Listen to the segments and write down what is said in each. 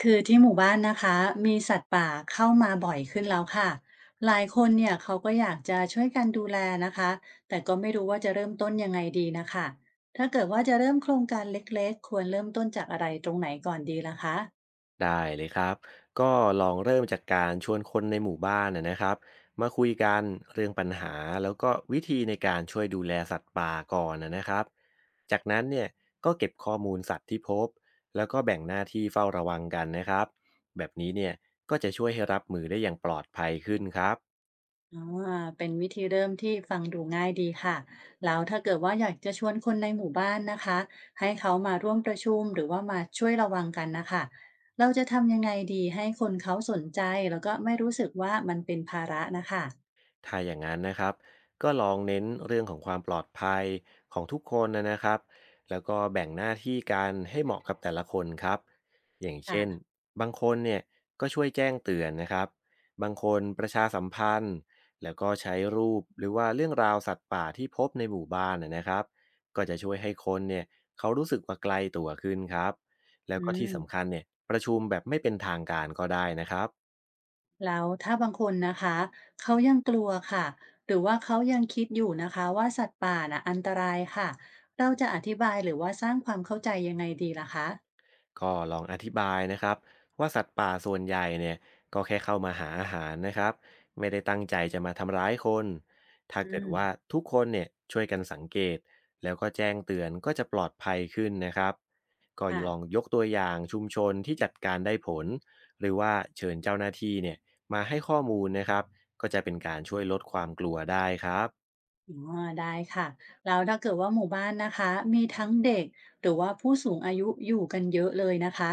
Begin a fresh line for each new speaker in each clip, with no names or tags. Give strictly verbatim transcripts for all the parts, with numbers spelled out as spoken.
คือที่หมู่บ้านนะคะมีสัตว์ป่าเข้ามาบ่อยขึ้นแล้วค่ะหลายคนเนี่ยเขาก็อยากจะช่วยกันดูแลนะคะแต่ก็ไม่รู้ว่าจะเริ่มต้นยังไงดีนะคะถ้าเกิดว่าจะเริ่มโครงการเล็กๆควรเริ่มต้นจากอะไรตรงไหนก่อนดีล่ะคะ
ได้เลยครับก็ลองเริ่มจากการชวนคนในหมู่บ้านนะนะครับมาคุยกันเรื่องปัญหาแล้วก็วิธีในการช่วยดูแลสัตว์ป่าก่อนนะนะครับจากนั้นเนี่ยก็เก็บข้อมูลสัตว์ที่พบแล้วก็แบ่งหน้าที่เฝ้าระวังกันนะครับแบบนี้เนี่ยก็จะช่วยให้รับมือได้อย่างปลอดภัยขึ้นครับ
อ่าเป็นวิธีเริ่มที่ฟังดูง่ายดีค่ะแล้วถ้าเกิดว่าอยากจะชวนคนในหมู่บ้านนะคะให้เขามาร่วมประชุมหรือว่ามาช่วยระวังกันนะคะเราจะทำยังไงดีให้คนเขาสนใจแล้วก็ไม่รู้สึกว่ามันเป็นภาระนะคะ
ถ้าอย่างนั้นนะครับก็ลองเน้นเรื่องของความปลอดภัยของทุกคนนะนะครับแล้วก็แบ่งหน้าที่การให้เหมาะกับแต่ละคนครับอย่าง
ค่ะ
เช่นบางคนเนี่ยก็ช่วยแจ้งเตือนนะครับบางคนประชาสัมพันธ์แล้วก็ใช้รูปหรือว่าเรื่องราวสัตว์ป่าที่พบในหมู่บ้านนะนะครับก็จะช่วยให้คนเนี่ยเขารู้สึกว่าไกลตัวขึ้นครับแล้ว
อื
ก็ที่
ม
สำคัญเนี่ยประชุมแบบไม่เป็นทางการก็ได้นะครับ
แล้วถ้าบางคนนะคะเขายังกลัวค่ะหรือว่าเขายังคิดอยู่นะคะว่าสัตว์ป่าน่ะอันตรายค่ะเราจะอธิบายหรือว่าสร้างความเข้าใจยังไงดีล่ะคะ
ก็ลองอธิบายนะครับว่าสัตว์ป่าส่วนใหญ่เนี่ยก็แค่เข้ามาหาอาหารนะครับไม่ได้ตั้งใจจะมาทำร้ายคนถ้า
อื
เกิด
ม
ว่าทุกคนเนี่ยช่วยกันสังเกตแล้วก็แจ้งเตือนก็จะปลอดภัยขึ้นนะครับก็ลอง
ค่ะ
ยกตัวอย่างชุมชนที่จัดการได้ผลหรือว่าเชิญเจ้าหน้าที่เนี่ยมาให้ข้อมูลนะครับก็จะเป็นการช่วยลดความกลัวได้ครับ
อ๋อได้ค่ะแล้วถ้าเกิดว่าหมู่บ้านนะคะมีทั้งเด็กหรือว่าผู้สูงอายุอยู่กันเยอะเลยนะคะ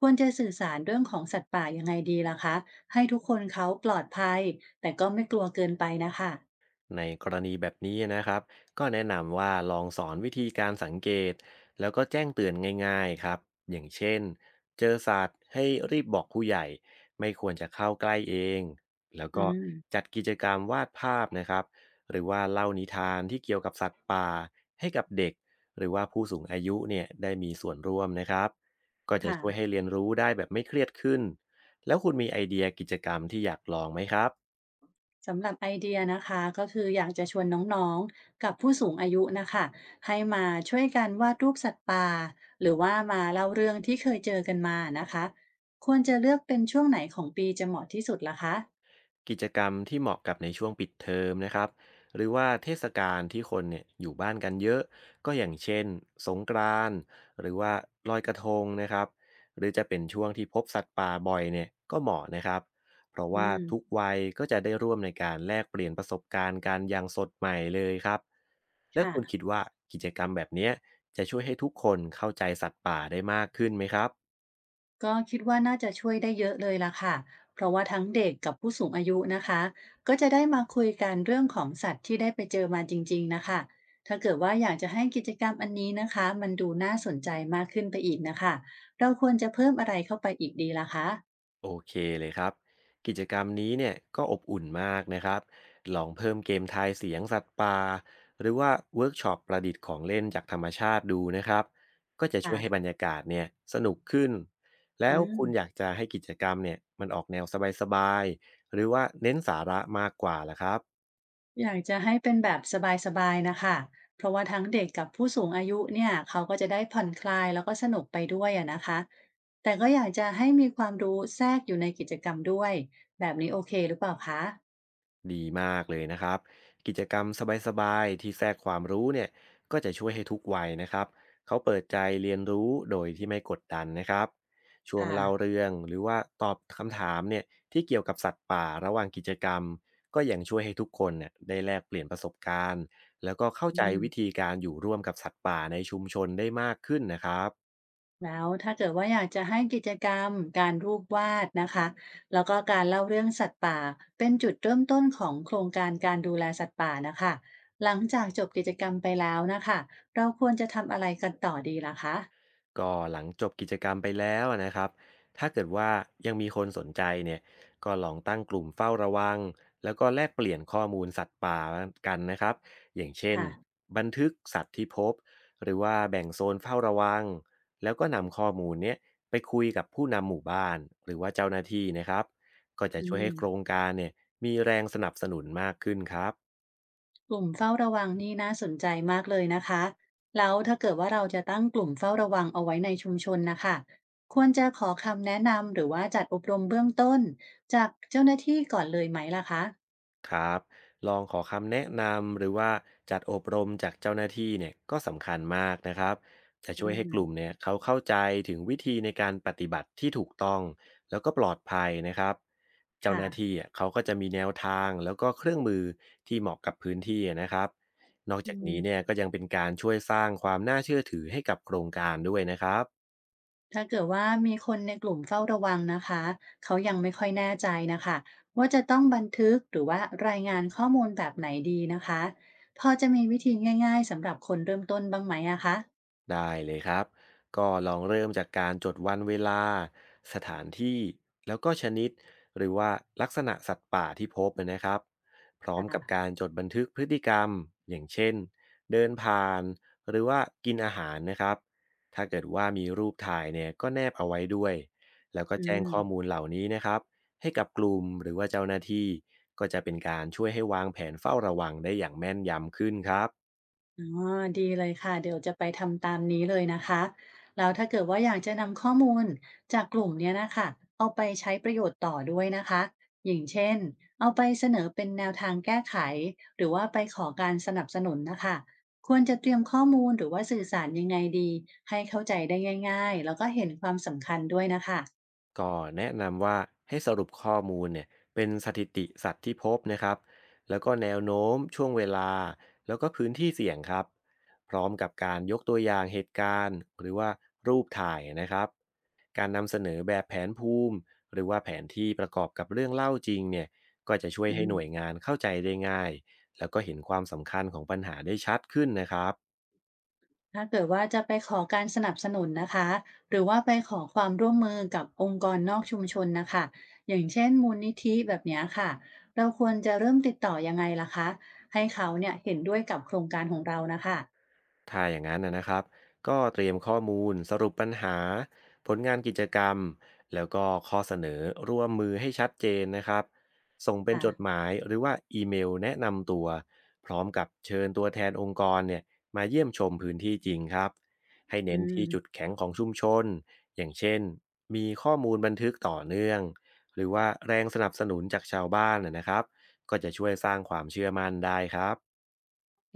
ควรจะสื่อสารเรื่องของสัตว์ป่ายังไงดีล่ะคะให้ทุกคนเขาปลอดภัยแต่ก็ไม่กลัวเกินไปนะคะ
ในกรณีแบบนี้นะครับก็แนะนำว่าลองสอนวิธีการสังเกตแล้วก็แจ้งเตือนง่ายๆครับอย่างเช่นเจอสัตว์ให้รีบบอกผู้ใหญ่ไม่ควรจะเข้าใกล้เองแล้ว
อื
ก็
ม
จัดกิจกรรมวาดภาพนะครับหรือว่าเล่านิทานที่เกี่ยวกับสัตว์ป่าให้กับเด็กหรือว่าผู้สูงอายุเนี่ยได้มีส่วนร่วมนะครับก็จะช่วย
ค่ะ
ให้เรียนรู้ได้แบบไม่เครียดขึ้นแล้วคุณมีไอเดียกิจกรรมที่อยากลองไหมครับ
สำหรับไอเดียนะคะก็คืออยากจะชวนน้องๆกับผู้สูงอายุนะคะให้มาช่วยกันวาดรูปสัตว์ป่าหรือว่ามาเล่าเรื่องที่เคยเจอกันมานะคะควรจะเลือกเป็นช่วงไหนของปีจะเหมาะที่สุดล่ะคะ
กิจกรรมที่เหมาะกับในช่วงปิดเทอมนะครับหรือว่าเทศกาลที่คนเนี่ยอยู่บ้านกันเยอะก็อย่างเช่นสงกรานต์หรือว่าลอยกระทงนะครับหรือจะเป็นช่วงที่พบสัตว์ป่าบ่อยเนี่ยก็เหมาะนะครับเพราะ
อื
ว่า
ม
ทุกวัยก็จะได้ร่วมในการแลกเปลี่ยนประสบการณ์การอย่างสดใหม่เลยครับและคุณคิด
ค่ะ
ว่ากิจกรรมแบบเนี้ยจะช่วยให้ทุกคนเข้าใจสัตว์ป่าได้มากขึ้นไหมครับ
ก็คิดว่าน่าจะช่วยได้เยอะเลยล่ะค่ะเพราะว่าทั้งเด็กกับผู้สูงอายุนะคะก็จะได้มาคุยกันเรื่องของสัตว์ที่ได้ไปเจอมาจริงๆนะคะถ้าเกิดว่าอยากจะให้กิจกรรมอันนี้นะคะมันดูน่าสนใจมากขึ้นไปอีกนะคะเราควรจะเพิ่มอะไรเข้าไปอีกดีล่ะคะ
โอเคเลยครับกิจกรรมนี้เนี่ยก็อบอุ่นมากนะครับลองเพิ่มเกมทายเสียงสัตว์ป่าหรือว่าเวิร์กช็อปประดิษฐ์ของเล่นจากธรรมชาติดูนะครับก็จะช่วยให้บร
ค่ะ
รยากาศเนี่ยสนุกขึ้นแล้ว
อืม
คุณอยากจะให้กิจกรรมเนี่ยมันออกแนวสบายๆหรือว่าเน้นสาระมากกว่าล่ะครับ
อยากจะให้เป็นแบบสบายๆนะคะ เพราะว่าทั้งเด็กกับผู้สูงอายุเนี่ยเขาก็จะได้ผ่อนคลายแล้วก็สนุกไปด้วยอะนะคะ แต่ก็อยากจะให้มีความรู้แทรกอยู่ในกิจกรรมด้วยแบบนี้โอเคหรือเปล่าคะ
ดีมากเลยนะครับกิจกรรมสบายๆที่แทรกความรู้เนี่ยก็จะช่วยให้ทุกวัยนะครับเขาเปิดใจเรียนรู้โดยที่ไม่กดดันนะครับช่วง
ค่ะ
เล่าเรื่องหรือว่าตอบคำถามเนี่ยที่เกี่ยวกับสัตว์ป่าระหว่างกิจกรรมก็ยังช่วยให้ทุกคนเนี่ยได้แลกเปลี่ยนประสบการณ์แล้วก็เข้า
อื
ใจ
ม
วิธีการอยู่ร่วมกับสัตว์ป่าในชุมชนได้มากขึ้นนะครับ
แล้วถ้าเกิดว่าอยากจะให้กิจกรรมการรูปวาดนะคะแล้วก็การเล่าเรื่องสัตว์ป่าเป็นจุดเริ่มต้นของโครงการการดูแลสัตว์ป่านะคะหลังจากจบกิจกรรมไปแล้วนะคะเราควรจะทำอะไรกันต่อดีล่ะคะ
ก็หลังจบกิจกรรมไปแล้วนะครับถ้าเกิดว่ายังมีคนสนใจเนี่ยก็ลองตั้งกลุ่มเฝ้าระวังแล้วก็แลกเปลี่ยนข้อมูลสัตว์ป่ากันนะครับอย่างเช่น
ค่ะ
บันทึกสัตว์ที่พบหรือว่าแบ่งโซนเฝ้าระวังแล้วก็นำข้อมูลเนี้ยไปคุยกับผู้นำหมู่บ้านหรือว่าเจ้าหน้าที่นะครับก็จะ
อื
ช่วยให้
ม
โครงการเนี่ยมีแรงสนับสนุนมากขึ้นครับ
กลุ่มเฝ้าระวังนี่น่าสนใจมากเลยนะคะแล้วถ้าเกิดว่าเราจะตั้งกลุ่มเฝ้าระวังเอาไว้ในชุมชนนะคะควรจะขอคำแนะนำหรือว่าจัดอบรมเบื้องต้นจากเจ้าหน้าที่ก่อนเลยไหมล่ะคะ
ครับลองขอคำแนะนำหรือว่าจัดอบรมจากเจ้าหน้าที่เนี่ยก็สำคัญมากนะครับจะ
อื
ช่วยให้กลุ่ม
ม
เนี่ยเขาเข้าใจถึงวิธีในการปฏิบัติที่ถูกต้องแล้วก็ปลอดภัยนะครับเจ้าห
ค่ะ
น้าที่อ่ะเขาก็จะมีแนวทางแล้วก็เครื่องมือที่เหมาะกับพื้นที่นะครับนอก
อื
จากนี้เนี่ย
ม
ก็ยังเป็นการช่วยสร้างความน่าเชื่อถือให้กับโครงการด้วยนะครับ
ถ้าเกิดว่ามีคนในกลุ่มเฝ้าระวังนะคะเขายังไม่ค่อยแน่ใจนะคะว่าจะต้องบันทึกหรือว่ารายงานข้อมูลแบบไหนดีนะคะพอจะมีวิธีง่ายๆสำหรับคนเริ่มต้นบ้างไหมอะคะ
ได้เลยครับก็ลองเริ่มจากการจดวันเวลาสถานที่แล้วก็ชนิดหรือว่าลักษณะสัตว์ป่าที่พบนะครับพร้อมกับ
ค่ะ
การจดบันทึกพฤติกรรมอย่างเช่นเดินผ่านหรือว่ากินอาหารนะครับถ้าเกิดว่ามีรูปถ่ายเนี่ยก็แนบเอาไว้ด้วยแล้วก็
อื
แจ้ง
ม
ข้อมูลเหล่านี้นะครับให้กับกลุ่มหรือว่าเจ้าหน้าที่ก็จะเป็นการช่วยให้วางแผนเฝ้าระวังได้อย่างแม่นยำขึ้นครับ
อ๋อดีเลยค่ะเดี๋ยวจะไปทำตามนี้เลยนะคะแล้วถ้าเกิดว่าอยากจะนำข้อมูลจากกลุ่มเนี้ยนะคะเอาไปใช้ประโยชน์ต่อด้วยนะคะอย่างเช่นเอาไปเสนอเป็นแนวทางแก้ไขหรือว่าไปขอการสนับสนุนนะคะควรจะเตรียมข้อมูลหรือว่าสื่อสารยังไงดีให้เข้าใจได้ง่ายๆแล้วก็เห็นความสำคัญด้วยนะคะ
ก็แนะนำว่าให้สรุปข้อมูลเนี่ยเป็นสถิติสัตว์ที่พบนะครับแล้วก็แนวโน้มช่วงเวลาแล้วก็พื้นที่เสี่ยงครับพร้อมกับการยกตัวอย่างเหตุการณ์หรือว่ารูปถ่ายนะครับการนำเสนอแบบแผนภูมิหรือว่าแผนที่ประกอบกับเรื่องเล่าจริงเนี่ยก็จะช่วยให้
อื
หน่วย
ม
งานเข้าใจได้ง่ายแล้วก็เห็นความสำคัญของปัญหาได้ชัดขึ้นนะครับ
ถ้าเกิดว่าจะไปขอการสนับสนุนนะคะหรือว่าไปขอความร่วมมือกับองค์กรนอกชุมชนนะคะอย่างเช่นมูลนิธิแบบเนี้ยค่ะเราควรจะเริ่มติดต่อยังไงล่ะคะให้เขาเนี่ยเห็นด้วยกับโครงการของเรานะคะ
ถ้าอย่างนั้นนะนะครับก็เตรียมข้อมูลสรุปปัญหาผลงานกิจกรรมแล้วก็ข้อเสนอร่วมมือให้ชัดเจนนะครับส่งเป็น
ค่ะ
จดหมายหรือว่าอีเมลแนะนำตัวพร้อมกับเชิญตัวแทนองค์กรเนี่ยมาเยี่ยมชมพื้นที่จริงครับให้
อื
เน้นที่จุด
ม
แข็งของชุมชนอย่างเช่นมีข้อมูลบันทึกต่อเนื่องหรือว่าแรงสนับสนุนจากชาวบ้านนะนะครับก็จะช่วยสร้างความเชื่อมั่นได้ครับ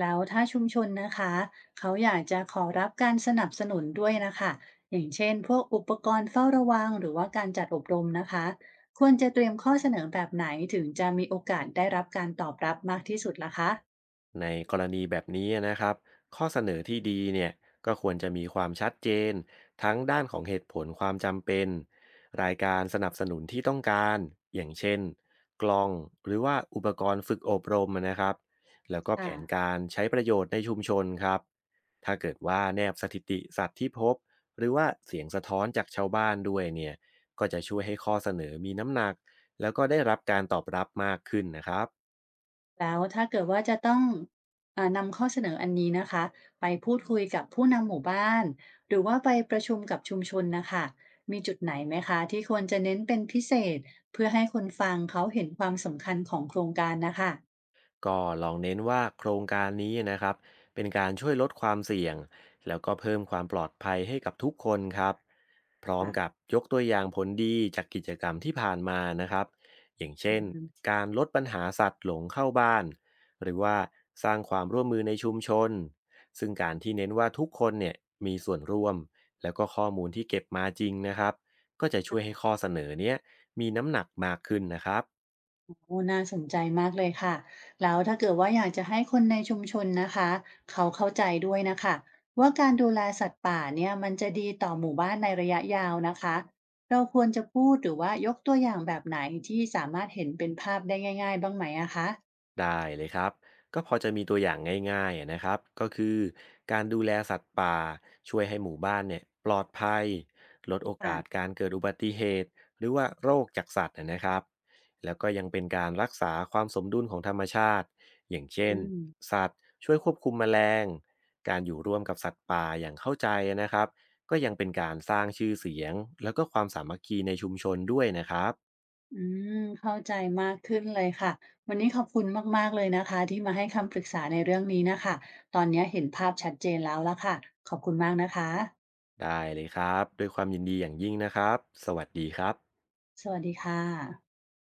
แล้วถ้าชุมชนนะคะเขาอยากจะขอรับการสนับสนุนด้วยนะคะอย่างเช่นพวกอุปกรณ์เฝ้าระวังหรือว่าการจัดอบรมนะคะควรจะเตรียมข้อเสนอแบบไหนถึงจะมีโอกาสได้รับการตอบรับมากที่สุดล่ะคะ
ในกรณีแบบนี้นะครับข้อเสนอที่ดีเนี่ยก็ควรจะมีความชัดเจนทั้งด้านของเหตุผลความจำเป็นรายการสนับสนุนที่ต้องการอย่างเช่นกล้องหรือว่าอุปกรณ์ฝึกอบรมนะครับแล้วก็แผ
ค่ะ
นการใช้ประโยชน์ในชุมชนครับถ้าเกิดว่าแนบสถิติสัตว์ที่พบหรือว่าเสียงสะท้อนจากชาวบ้านด้วยเนี่ยก็จะช่วยให้ข้อเสนอมีน้ำหนักแล้วก็ได้รับการตอบรับมากขึ้นนะครับ
แล้วถ้าเกิดว่าจะต้องเอ่อนำข้อเสนออันนี้นะคะไปพูดคุยกับผู้นำหมู่บ้านหรือว่าไปประชุมกับชุมชนนะคะมีจุดไหนไหมคะที่ควรจะเน้นเป็นพิเศษเพื่อให้คนฟังเขาเห็นความสำคัญของโครงการนะคะ
ก็ลองเน้นว่าโครงการนี้นะครับเป็นการช่วยลดความเสี่ยงแล้วก็เพิ่มความปลอดภัยให้กับทุกคนครับพร้อมกับ
ค่ะ
ยกตัวอย่างผลดีจากกิจกรรมที่ผ่านมานะครับอย่างเช่
อื
น
ม
การลดปัญหาสัตว์หลงเข้าบ้านหรือว่าสร้างความร่วมมือในชุมชนซึ่งการที่เน้นว่าทุกคนเนี่ยมีส่วนร่วมแล้วก็ข้อมูลที่เก็บมาจริงนะครับก็จะช่วยให้ข้อเสนอเนี้ยมีน้ำหนักมากขึ้นนะครับ
โอ้น่าสนใจมากเลยค่ะแล้วถ้าเกิดว่าอยากจะให้คนในชุมชนนะคะเขาเข้าใจด้วยนะคะว่าการดูแลสัตว์ป่าเนี่ยมันจะดีต่อหมู่บ้านในระยะยาวนะคะเราควรจะพูดหรือว่ายกตัวอย่างแบบไหนที่สามารถเห็นเป็นภาพได้ง่ายๆบ้างไหมอะคะ
ได้เลยครับก็พอจะมีตัวอย่างง่ายๆอะนะครับก็คือการดูแลสัตว์ป่าช่วยให้หมู่บ้านเนี่ยปลอดภัยลดโอ
ค่ะ
กาสการเกิดอุบัติเหตุหรือว่าโรคจากสัตว์อะนะครับแล้วก็ยังเป็นการรักษาความสมดุลของธรรมชาติอย่างเช่น
อืม
สัตว์ช่วยควบคุมแมลงการอยู่ร่วมกับสัตว์ป่าอย่างเข้าใจอะนะครับก็ยังเป็นการสร้างชื่อเสียงแล้วก็ความสามัคคีในชุมชนด้วยนะครับ
อืมเข้าใจมากขึ้นเลยค่ะวันนี้ขอบคุณมากๆเลยนะคะที่มาให้คำปรึกษาในเรื่องนี้นะคะตอนนี้เห็นภาพชัดเจนแล้วละค่ะขอบคุณมากนะคะ
ได้เลยครับด้วยความยินดีอย่างยิ่งนะครับสวัสดีครับ
สวัสดีค่ะ